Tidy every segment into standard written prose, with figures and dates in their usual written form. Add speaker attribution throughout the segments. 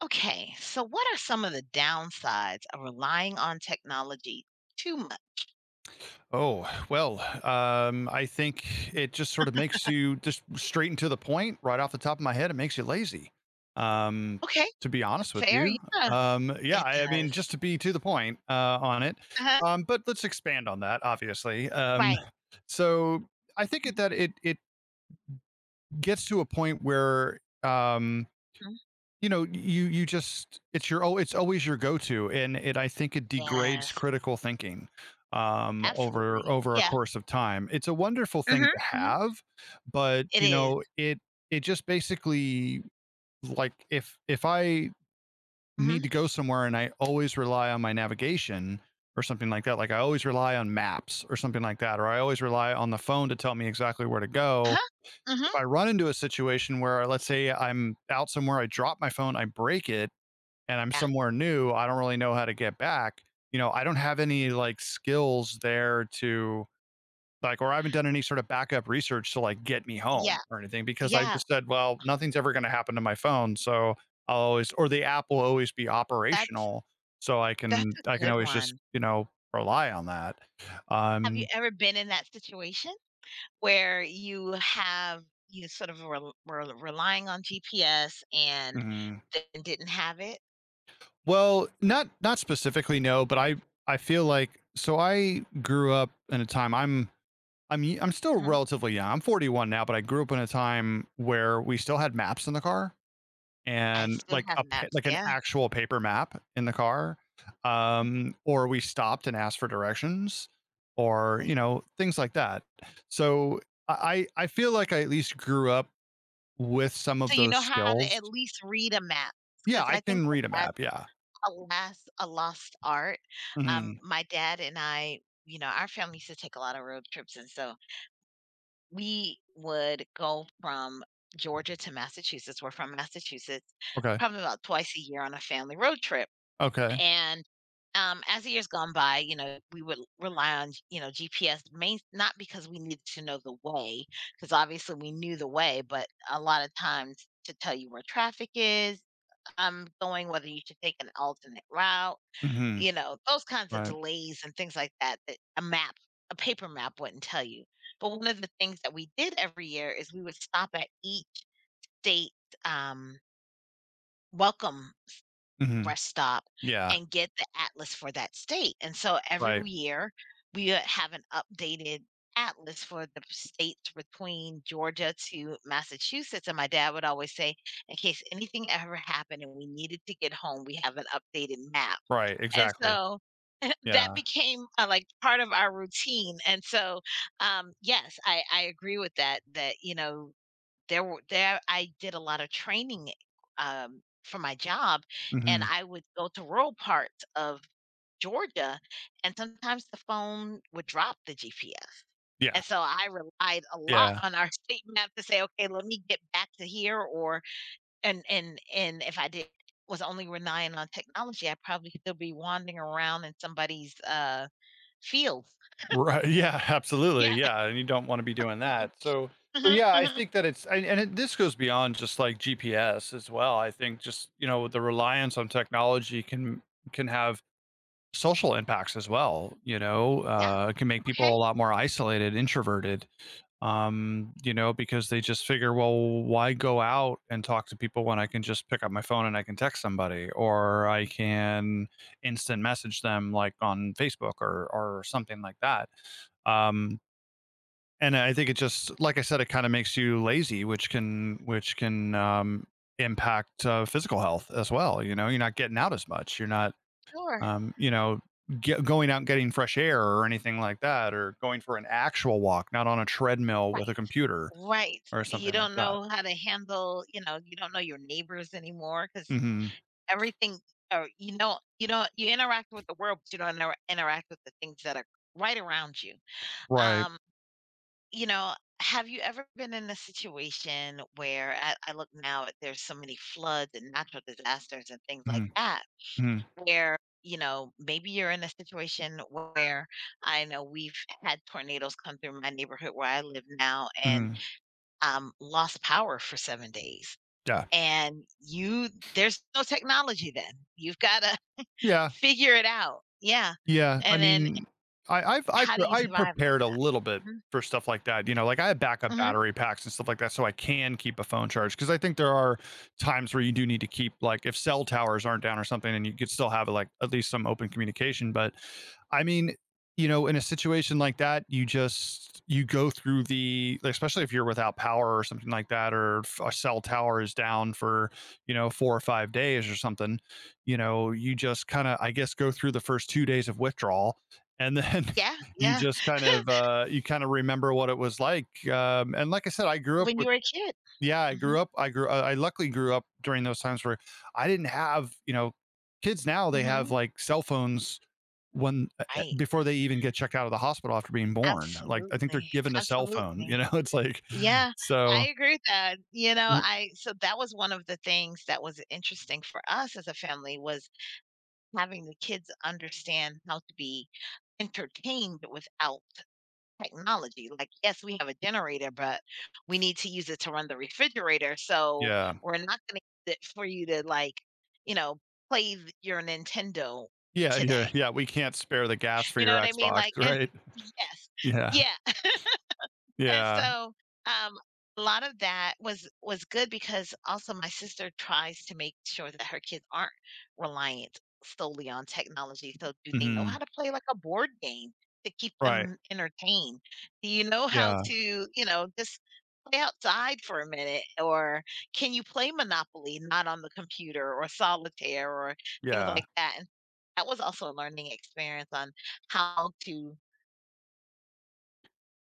Speaker 1: Okay, so what are some of the downsides of relying on technology too much?
Speaker 2: Oh, well, I think it just sort of makes you just straight and to the point right off the top of my head. It makes you lazy. Um,
Speaker 1: Okay,
Speaker 2: to be honest with
Speaker 1: fair.
Speaker 2: you,
Speaker 1: Yeah.
Speaker 2: yeah,
Speaker 1: It
Speaker 2: I mean,
Speaker 1: does.
Speaker 2: just to be to the point on it,
Speaker 1: Uh-huh.
Speaker 2: but let's expand on that. Obviously,
Speaker 1: Right.
Speaker 2: so I think that it gets to a point where
Speaker 1: Mm-hmm.
Speaker 2: you just it's your oh, it's always your go-to, and it I think it degrades
Speaker 1: Yes,
Speaker 2: critical thinking over
Speaker 1: absolutely.
Speaker 2: over a
Speaker 1: Yeah,
Speaker 2: course of time. It's a wonderful
Speaker 1: mm-hmm.
Speaker 2: thing to
Speaker 1: Mm-hmm.
Speaker 2: have, but
Speaker 1: It is.
Speaker 2: it just basically like if I need
Speaker 1: Mm-hmm.
Speaker 2: to go somewhere and I always rely on my navigation or something like that, like I always rely on maps or something like that, or I always rely on the phone to tell me exactly where to go.
Speaker 1: Uh-huh.
Speaker 2: If
Speaker 1: Mm-hmm.
Speaker 2: I run into a situation where, let's say, I'm out somewhere, I drop my phone, I break it and I'm
Speaker 1: Yeah,
Speaker 2: somewhere new, I don't really know how to get back. I don't have any like skills there or I haven't done any sort of backup research to like get me
Speaker 1: yeah.
Speaker 2: home or anything because I
Speaker 1: Yeah.
Speaker 2: just said, well, nothing's ever going to happen to my phone. So I'll always, or the app will always be
Speaker 1: That's
Speaker 2: operational. So I
Speaker 1: that's
Speaker 2: can,
Speaker 1: a
Speaker 2: I can
Speaker 1: good
Speaker 2: always just,
Speaker 1: one.
Speaker 2: rely on that.
Speaker 1: Have you
Speaker 2: Um,
Speaker 1: ever been in that situation where you have you sort of were relying on GPS and
Speaker 2: mm,
Speaker 1: then didn't have it?
Speaker 2: well, not specifically, no, but I feel like, so I grew up in a time I'm still
Speaker 1: Hmm.
Speaker 2: relatively young. I'm 41 now, but I grew up in a time where we still had maps in the car
Speaker 1: I
Speaker 2: and
Speaker 1: still have maps.
Speaker 2: like an
Speaker 1: Yeah.
Speaker 2: actual paper map in the car. Or we stopped and asked for directions or,
Speaker 1: Like,
Speaker 2: things like that. So I feel like I at least grew up with some of
Speaker 1: so you
Speaker 2: those
Speaker 1: know how to
Speaker 2: skills.
Speaker 1: at least read a map,
Speaker 2: Yeah,
Speaker 1: because
Speaker 2: I
Speaker 1: I think
Speaker 2: can
Speaker 1: that
Speaker 2: read a map.
Speaker 1: that's
Speaker 2: Yeah.
Speaker 1: a lost art.
Speaker 2: Hmm.
Speaker 1: My dad and I, you know, our family used to take a lot of road trips, and so we would go from Georgia to Massachusetts. We're from Massachusetts,
Speaker 2: Okay.
Speaker 1: probably about twice a year on a family road trip.
Speaker 2: Okay.
Speaker 1: And, as the years gone by, you know, we would rely on, you know, GPS main not because we needed to know the way, because obviously we knew the way, but a lot of times to tell you where traffic is, going, whether you should take an alternate route,
Speaker 2: Hmm.
Speaker 1: you know, those kinds of
Speaker 2: Right.
Speaker 1: delays and things like that that a paper map wouldn't tell you. But one of the things that we did every year is we would stop at each state, um, welcome
Speaker 2: Hmm.
Speaker 1: rest stop
Speaker 2: Yeah.
Speaker 1: and get the atlas for that state. And so
Speaker 2: Right.
Speaker 1: every year we have an updated atlas for the states between Georgia to Massachusetts. And my dad would always say, in case anything ever happened and we needed to get home, we have an updated map.
Speaker 2: Right.
Speaker 1: And
Speaker 2: Exactly.
Speaker 1: so that
Speaker 2: Yeah.
Speaker 1: became like part of our routine. And so, yes, I agree with that, that, you know, there I did a lot of training, for my job, and
Speaker 2: Hmm.
Speaker 1: I would go to rural parts of Georgia, and sometimes the phone would drop the GPS,
Speaker 2: Yeah.
Speaker 1: and so I relied a lot
Speaker 2: Yeah.
Speaker 1: on our state map to say, "Okay, let me get back to here," or and if I did was only relying on technology, I'd probably still be wandering around in somebody's, field.
Speaker 2: Right. Yeah,
Speaker 1: Yeah.
Speaker 2: absolutely. Yeah, and you don't want to be doing that. So, so
Speaker 1: Mhm, mhm,
Speaker 2: yeah, I
Speaker 1: mhm.
Speaker 2: think that it's and it, this goes beyond just like GPS as well. I think just the reliance on technology can have social impacts as well.
Speaker 1: Yeah,
Speaker 2: It can make people
Speaker 1: okay,
Speaker 2: a lot more isolated, introverted. Because they just figure, well, why go out and talk to people when I can just pick up my phone and I can text somebody, or I can instant message them like on Facebook or something like that um and I think it just like I said it kind of makes you lazy which can impact physical health as well. You know you're not getting out as much. You're not
Speaker 1: sure.
Speaker 2: um you know going out and getting fresh air or anything like that or going for an actual walk not on a treadmill with a computer
Speaker 1: Right.
Speaker 2: or
Speaker 1: You
Speaker 2: something like
Speaker 1: don't
Speaker 2: that.
Speaker 1: know how to handle, you know, you don't know your neighbors anymore because
Speaker 2: Hmm.
Speaker 1: everything, or you know, you don't, you interact with the world, but you don't interact with the things that are right around you.
Speaker 2: Right.
Speaker 1: Um, you know, have you ever been in a situation where I look now at there's so many floods and natural disasters and things like
Speaker 2: Hmm.
Speaker 1: that,
Speaker 2: Hmm.
Speaker 1: where, you know, maybe you're in a situation where I know we've had tornadoes come through my neighborhood where I live now, and
Speaker 2: Hmm.
Speaker 1: lost power for 7 days.
Speaker 2: Yeah.
Speaker 1: And you, there's no technology then. You've got to
Speaker 2: Yeah.
Speaker 1: figure it out. Yeah.
Speaker 2: Yeah, I
Speaker 1: And then
Speaker 2: mean,
Speaker 1: how do you
Speaker 2: I
Speaker 1: survive like
Speaker 2: prepared a little bit
Speaker 1: that?
Speaker 2: for stuff like that, like, I have backup
Speaker 1: Hmm. Hmm.
Speaker 2: battery packs and stuff like that so I can keep a phone charged. Because I think there are times where you do need to keep like, if cell towers aren't down or something and you could still have, like, at least some open communication. But, I mean, in a situation like that, you go through the like, especially if you're without power or something like that, or if a cell tower is down for, 4 or 5 days or something, you just kind of, I guess, go through the first 2 days of withdrawal, and then
Speaker 1: Yeah. Yeah.
Speaker 2: you kind of remember what it was like. And like I said, I grew up
Speaker 1: When you
Speaker 2: with,
Speaker 1: were a kid.
Speaker 2: yeah,
Speaker 1: Hmm.
Speaker 2: I luckily grew up during those times where I didn't have, you know, kids now they have
Speaker 1: Hmm.
Speaker 2: like cell phones when
Speaker 1: Right.
Speaker 2: before they even get checked out of the hospital after being born. Like I think they're
Speaker 1: Absolutely.
Speaker 2: given a cell phone. You
Speaker 1: Absolutely.
Speaker 2: know, it's like
Speaker 1: Yeah. I
Speaker 2: so.
Speaker 1: agree with that. You know, I, so that was one of the things that was interesting for us as a family was having the kids understand how to be entertained without technology. Like, yes, we have a generator, but we need to use it to run the refrigerator. So
Speaker 2: Yeah.
Speaker 1: we're not going to use it for you to like, you know, play your Nintendo
Speaker 2: Yeah, yeah,
Speaker 1: today.
Speaker 2: yeah. We can't spare the gas for
Speaker 1: You know
Speaker 2: your
Speaker 1: what I mean?
Speaker 2: Xbox,
Speaker 1: Like, and
Speaker 2: right?
Speaker 1: yes,
Speaker 2: Yeah.
Speaker 1: yeah. And
Speaker 2: Yeah.
Speaker 1: so, um, a lot of that was good because also my sister tries to make sure that her kids aren't reliant solely on technology. So do they know how
Speaker 2: Mhm.
Speaker 1: to play like a board game to keep
Speaker 2: Right.
Speaker 1: them entertained? Do you know how
Speaker 2: Yeah.
Speaker 1: to, you know, just play outside for a minute? Or can you play Monopoly not on the computer or solitaire or things
Speaker 2: Yeah.
Speaker 1: like that? And that was also a learning experience on how to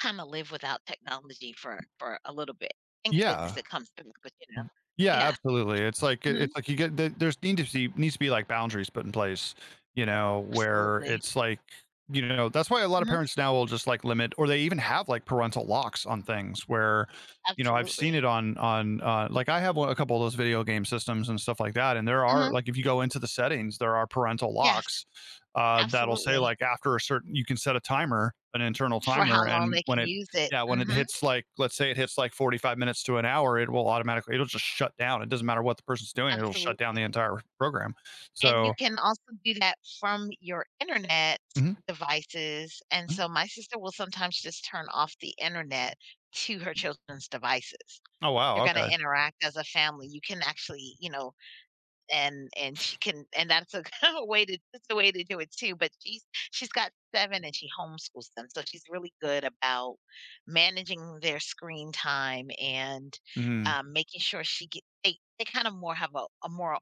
Speaker 1: kinda live without technology for a little bit. Thank goodness
Speaker 2: Yeah.
Speaker 1: it comes back, but, you know.
Speaker 2: M Yeah,
Speaker 1: Yeah.
Speaker 2: absolutely. It's like it
Speaker 1: Mhm.
Speaker 2: it's like You get the there's need to see needs to be, like, boundaries put in place, you know, where
Speaker 1: Absolutely.
Speaker 2: it's like, you know that's why a lot of
Speaker 1: Mhm.
Speaker 2: parents now will just, like, limit or they even have, like, parental locks on things where, you know, I've seen
Speaker 1: Absolutely.
Speaker 2: it on like, I have one a couple of those video game systems and stuff like that, and there are
Speaker 1: Mhm.
Speaker 2: like, if you go into the settings, there are parental
Speaker 1: Yes,
Speaker 2: locks, that'll say,
Speaker 1: absolutely.
Speaker 2: like, after a certain you can set a timer, an internal
Speaker 1: For how
Speaker 2: timer,
Speaker 1: long
Speaker 2: and
Speaker 1: they
Speaker 2: when
Speaker 1: can
Speaker 2: it
Speaker 1: use it.
Speaker 2: yeah, when it
Speaker 1: Mhm.
Speaker 2: hits like, let's say it hits like 45 minutes to an hour, it will automatically, it'll just shut down. It doesn't matter what the person's doing, it'll shut down the
Speaker 1: Absolutely.
Speaker 2: entire program.
Speaker 1: And you
Speaker 2: So,
Speaker 1: can also do that from your internet
Speaker 2: mhm,
Speaker 1: devices, and
Speaker 2: mhm.
Speaker 1: so my sister will sometimes just turn off the internet to her children's devices.
Speaker 2: Oh,
Speaker 1: They are
Speaker 2: wow.
Speaker 1: gonna
Speaker 2: Okay.
Speaker 1: interact as a family. You can actually, you know, and she can and that's a a way to that's a way to do it too. But she's got 7 and she homeschools them, so she's really good about managing their screen time and,
Speaker 2: Mhm.
Speaker 1: making sure she get they kind of more have a more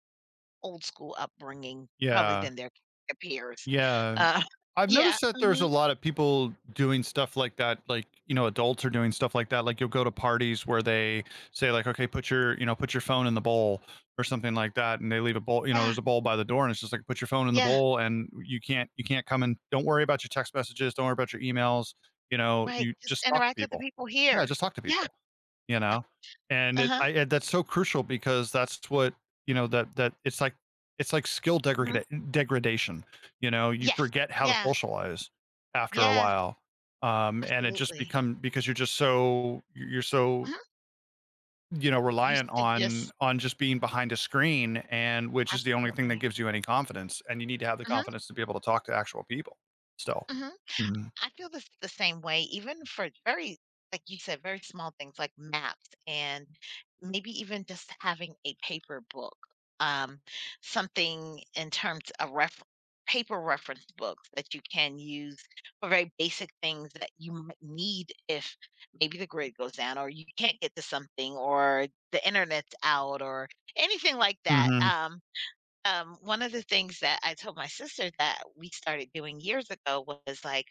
Speaker 1: old school upbringing probably
Speaker 2: Yeah.
Speaker 1: than their peers.
Speaker 2: Yeah.
Speaker 1: Uh,
Speaker 2: I've
Speaker 1: yeah,
Speaker 2: noticed that there's
Speaker 1: mhm,
Speaker 2: a lot of people doing stuff like that. Like, you know, adults are doing stuff like that. Like you'll go to parties where they say like, okay, put your, put your phone in the bowl or something like that. And they leave a bowl, you know,
Speaker 1: yeah,
Speaker 2: there's a bowl by the door and it's just like, put your phone in the
Speaker 1: yeah,
Speaker 2: bowl and you can't come and don't worry about your text messages. Don't worry about your emails. You know,
Speaker 1: right,
Speaker 2: you
Speaker 1: just
Speaker 2: just talk to
Speaker 1: interact with the
Speaker 2: people.
Speaker 1: people
Speaker 2: Yeah.
Speaker 1: here.
Speaker 2: Just talk to
Speaker 1: Yeah,
Speaker 2: people. You know? And it
Speaker 1: uh-huh,
Speaker 2: I and that's so crucial because that's what you know, that that it's like skill
Speaker 1: mhm,
Speaker 2: degradation, you know? You
Speaker 1: yes,
Speaker 2: forget how to
Speaker 1: yeah,
Speaker 2: socialize after a
Speaker 1: yes,
Speaker 2: while, and it just
Speaker 1: absolutely.
Speaker 2: become because you're so,
Speaker 1: Mhm,
Speaker 2: you know,
Speaker 1: used
Speaker 2: reliant
Speaker 1: to
Speaker 2: on
Speaker 1: just
Speaker 2: on just being behind a screen and which is the only thing that
Speaker 1: absolutely.
Speaker 2: gives you any confidence, and you need to have the
Speaker 1: Mhm,
Speaker 2: confidence to be able to talk to actual people still.
Speaker 1: mhm.
Speaker 2: Mhm.
Speaker 1: I feel the same way, even for very like you said, very small things like maps and maybe even just having a paper book, um, something in terms of ref paper reference books that you can use for very basic things that you might need if maybe the grid goes down or you can't get to something or the internet's out or anything like that,
Speaker 2: Mhm.
Speaker 1: um. One of the things that I told my sister that we started doing years ago was, like,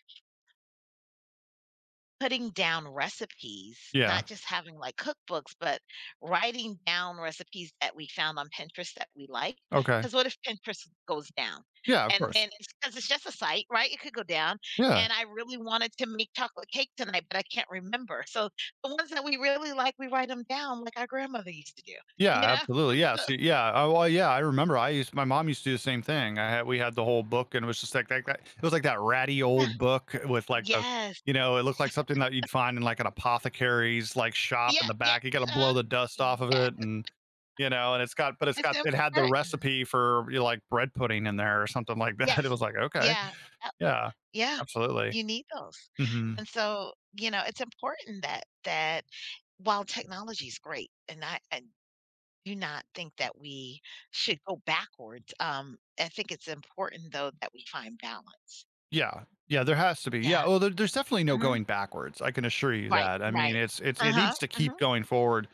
Speaker 1: putting down recipes,
Speaker 2: Yeah.
Speaker 1: not just having, like, cookbooks, but writing down recipes that we found on Pinterest that we like.
Speaker 2: Okay.
Speaker 1: Because what if Pinterest goes down?
Speaker 2: Yeah, of
Speaker 1: And
Speaker 2: course.
Speaker 1: then it's because it's just a site, right? It could go down,
Speaker 2: Yeah.
Speaker 1: and I really wanted to make chocolate cake tonight, but I can't remember. So the ones that we really like, we write them down like our grandmother used to do,
Speaker 2: Yeah,
Speaker 1: you know?
Speaker 2: absolutely. Yeah,
Speaker 1: So
Speaker 2: I remember I used my mom used to do the same thing. I had We had the whole book and it was just like that that it was like that ratty
Speaker 1: yeah.
Speaker 2: old book with like the
Speaker 1: Yes.
Speaker 2: you know, it looked like something that you'd find in like an apothecary's like shop in
Speaker 1: Yeah,
Speaker 2: the
Speaker 1: yep,
Speaker 2: back. You gotta blow
Speaker 1: uh-huh.
Speaker 2: the dust off of
Speaker 1: Yeah.
Speaker 2: it and you know, and it's
Speaker 1: It's
Speaker 2: got it had the
Speaker 1: important.
Speaker 2: recipe for you know, like bread pudding in there or something like that. It
Speaker 1: Yes.
Speaker 2: was like, okay.
Speaker 1: Yeah. Yep.
Speaker 2: Yeah,
Speaker 1: Yeah.
Speaker 2: absolutely.
Speaker 1: You need those.
Speaker 2: Mhm.
Speaker 1: And so, you know, it's important that while technology is great, and I do not think that we should go backwards, I think it's important, though, that we find balance.
Speaker 2: Yeah. Yeah, there has to be. Yeah,
Speaker 1: Yeah.
Speaker 2: oh, there's definitely no
Speaker 1: Mhm.
Speaker 2: going backwards, I can assure you
Speaker 1: Right,
Speaker 2: that. I mean,
Speaker 1: right.
Speaker 2: it
Speaker 1: Uh-huh,
Speaker 2: needs to
Speaker 1: uh huh.
Speaker 2: keep going forward,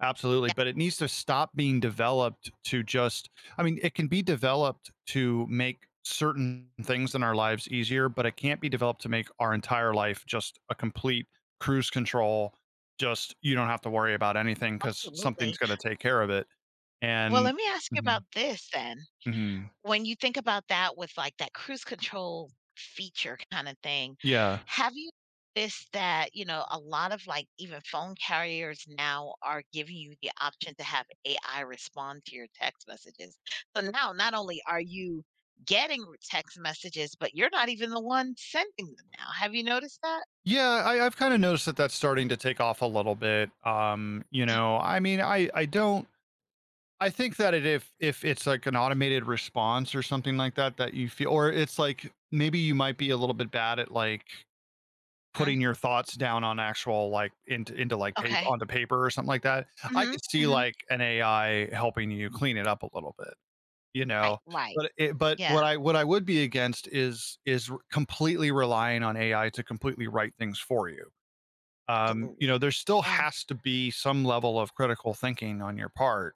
Speaker 2: absolutely, but it needs to stop being developed to just it can be developed to make certain things in our lives easier, but it can't be developed to make our entire life just a complete cruise control, just you don't have to worry about anything because something's
Speaker 1: Absolutely.
Speaker 2: gonna take care of it,
Speaker 1: Well,
Speaker 2: and
Speaker 1: let me ask you
Speaker 2: mhm,
Speaker 1: about this then.
Speaker 2: mhm,
Speaker 1: When you think about that with, like, that cruise control feature kinda thing,
Speaker 2: yeah.
Speaker 1: have you noticed that, you know, a lot of, like, even phone carriers now are giving you the option to have AI respond to your text messages? So now not only are you getting text messages, but you're not even the one sending them now. Have you noticed that?
Speaker 2: Yeah, I've kind of noticed that that's starting to take off a little bit. You know, I mean, I don't. I think that if it's like an automated response or something like that that you feel, or it's like maybe you might be a little bit bad at like
Speaker 1: Huh.
Speaker 2: putting your thoughts down on actual like into like paper
Speaker 1: Okay.
Speaker 2: onto paper or something like that. I
Speaker 1: Mhm,
Speaker 2: could see
Speaker 1: mhm.
Speaker 2: like an AI helping you clean it up a little bit. You know,
Speaker 1: Right, right.
Speaker 2: but what
Speaker 1: Yeah,
Speaker 2: I what I would be against is completely relying on AI to completely write things for you you know,
Speaker 1: absolutely.
Speaker 2: there still
Speaker 1: Yeah.
Speaker 2: has to be some level of critical thinking on your part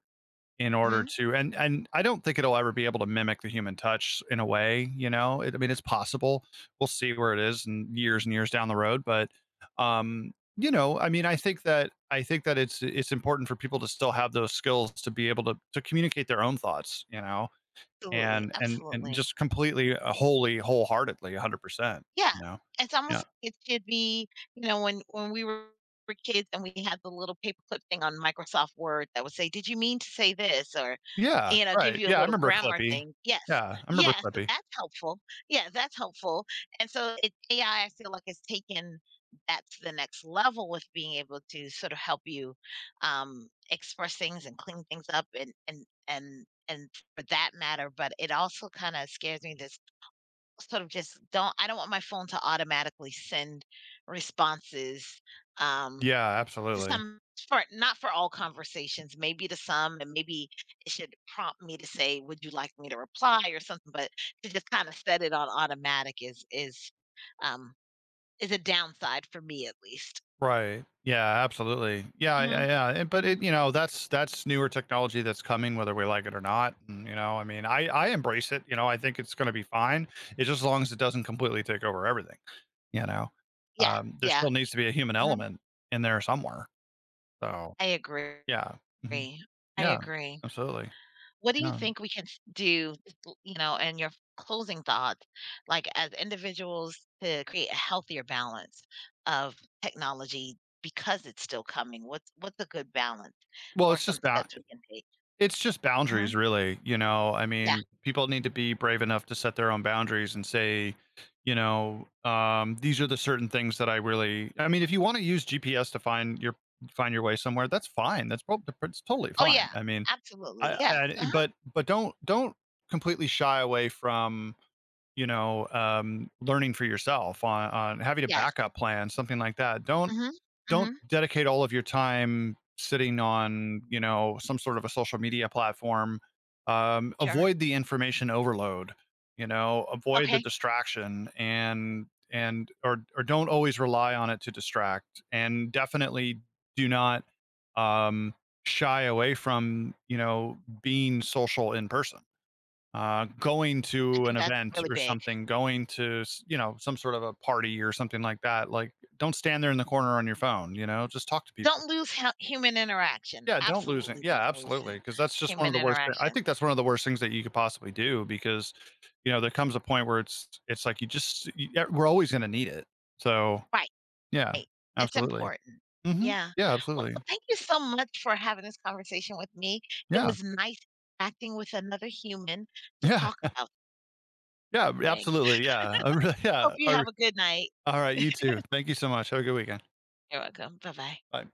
Speaker 2: in order
Speaker 1: Mhm.
Speaker 2: to and I don't think it'll ever be able to mimic the human touch in a way, you know. I mean, it's possible. We'll see where it is in years and years down the road, but you know, I mean, I think that it's important for people to still have those skills to be able to communicate their own thoughts, you know,
Speaker 1: Absolutely,
Speaker 2: and
Speaker 1: absolutely.
Speaker 2: just completely, wholly, wholeheartedly, 100%,
Speaker 1: Yeah,
Speaker 2: you know.
Speaker 1: it's
Speaker 2: Yeah.
Speaker 1: almost like it should be you know, when we were kids and we had the little paperclip thing on Microsoft Word that would say, "Did you mean to say this?" Or,
Speaker 2: Yeah,
Speaker 1: you know, give
Speaker 2: right.
Speaker 1: you a
Speaker 2: Yeah, I
Speaker 1: little
Speaker 2: remember
Speaker 1: grammar
Speaker 2: Clippy.
Speaker 1: thing. Yes.
Speaker 2: Yeah, I remember
Speaker 1: Yeah, so
Speaker 2: Clippy.
Speaker 1: that's helpful. Yeah, that's helpful, and so it AI, I feel like, has taken that to the next level with being able to sort of help you, express things and clean things up and for that matter, but it also kinda scares me. This sort of just don't I don't want my phone to automatically send responses, um,
Speaker 2: Yeah,
Speaker 1: to
Speaker 2: absolutely.
Speaker 1: some, for not for all conversations, maybe to some, and maybe it should prompt me to say, "Would you like me to reply?" or something. But to just kind of set it on automatic is um, is a downside for me at least.
Speaker 2: Right. Yeah, absolutely. Yeah,
Speaker 1: Hmm.
Speaker 2: yeah, yeah, and but
Speaker 1: Hmm.
Speaker 2: it you know, that's newer technology that's coming whether we like it or not, and, you know, I mean, I embrace it, you know, I think it's gonna be fine. It's just as long as it doesn't completely take over everything, you know?
Speaker 1: Yeah,
Speaker 2: There
Speaker 1: yeah,
Speaker 2: still needs to be a human
Speaker 1: hmm.
Speaker 2: element in there somewhere, so,
Speaker 1: I agree.
Speaker 2: yeah. Mhm.
Speaker 1: I
Speaker 2: Yeah,
Speaker 1: agree.
Speaker 2: absolutely.
Speaker 1: What do you
Speaker 2: Yeah.
Speaker 1: think we can do, you know, and your closing thoughts, like as individuals to create a healthier balance of technology because it's still coming? What's a good balance
Speaker 2: Well,
Speaker 1: or some steps we can take?
Speaker 2: It's just boundaries,
Speaker 1: Hmm.
Speaker 2: really, you know? I
Speaker 1: Yeah.
Speaker 2: mean, people need to be brave enough to set their own boundaries and say, you know, "These are the certain things that I really" I mean, if you wanna use GPS to find your way somewhere, that's fine, that's prob it's totally
Speaker 1: Oh
Speaker 2: fine.
Speaker 1: yeah.
Speaker 2: I mean, I
Speaker 1: Absolutely. Yes.
Speaker 2: I
Speaker 1: Uh-huh.
Speaker 2: but don't completely shy away from, you know, learning for yourself on having a
Speaker 1: Yes.
Speaker 2: backup plan, something like that.
Speaker 1: Hmm.
Speaker 2: Don't
Speaker 1: Hmm.
Speaker 2: dedicate all of your time sitting on you know some sort of a social media platform
Speaker 1: Sure.
Speaker 2: avoid the information overload you know avoid the
Speaker 1: Okay.
Speaker 2: distraction and or don't always rely on it to distract and definitely do not um, shy away from you know being social in person going
Speaker 1: I
Speaker 2: to an
Speaker 1: think that's
Speaker 2: event
Speaker 1: really
Speaker 2: or
Speaker 1: big.
Speaker 2: something, you know some sort of a party or something like that. Like, don't stand there in the corner on your phone. You know, just talk to people.
Speaker 1: Don't lose human interaction.
Speaker 2: Yeah, don't lose it.
Speaker 1: Absolutely
Speaker 2: Yeah,
Speaker 1: don't lose
Speaker 2: absolutely,
Speaker 1: it.
Speaker 2: because that's just one of
Speaker 1: Human
Speaker 2: the worst. I
Speaker 1: interaction.
Speaker 2: think that's one of the worst things that you could possibly do because you know there comes a point where it's like yeah, we're always going to need it. So
Speaker 1: Right.
Speaker 2: yeah,
Speaker 1: Right. It's
Speaker 2: absolutely.
Speaker 1: important.
Speaker 2: Hmm.
Speaker 1: Yeah.
Speaker 2: Yeah,
Speaker 1: Well,
Speaker 2: absolutely.
Speaker 1: thank you so much for having this conversation with me. It
Speaker 2: Yeah,
Speaker 1: was nice acting with another human to
Speaker 2: yeah,
Speaker 1: talk about
Speaker 2: yeah,
Speaker 1: things.
Speaker 2: absolutely. Yeah,
Speaker 1: Hope
Speaker 2: yeah.
Speaker 1: you have a good night.
Speaker 2: All right, you too. Thank you so much. Have a good weekend.
Speaker 1: You're welcome. Bye bye.
Speaker 2: Bye.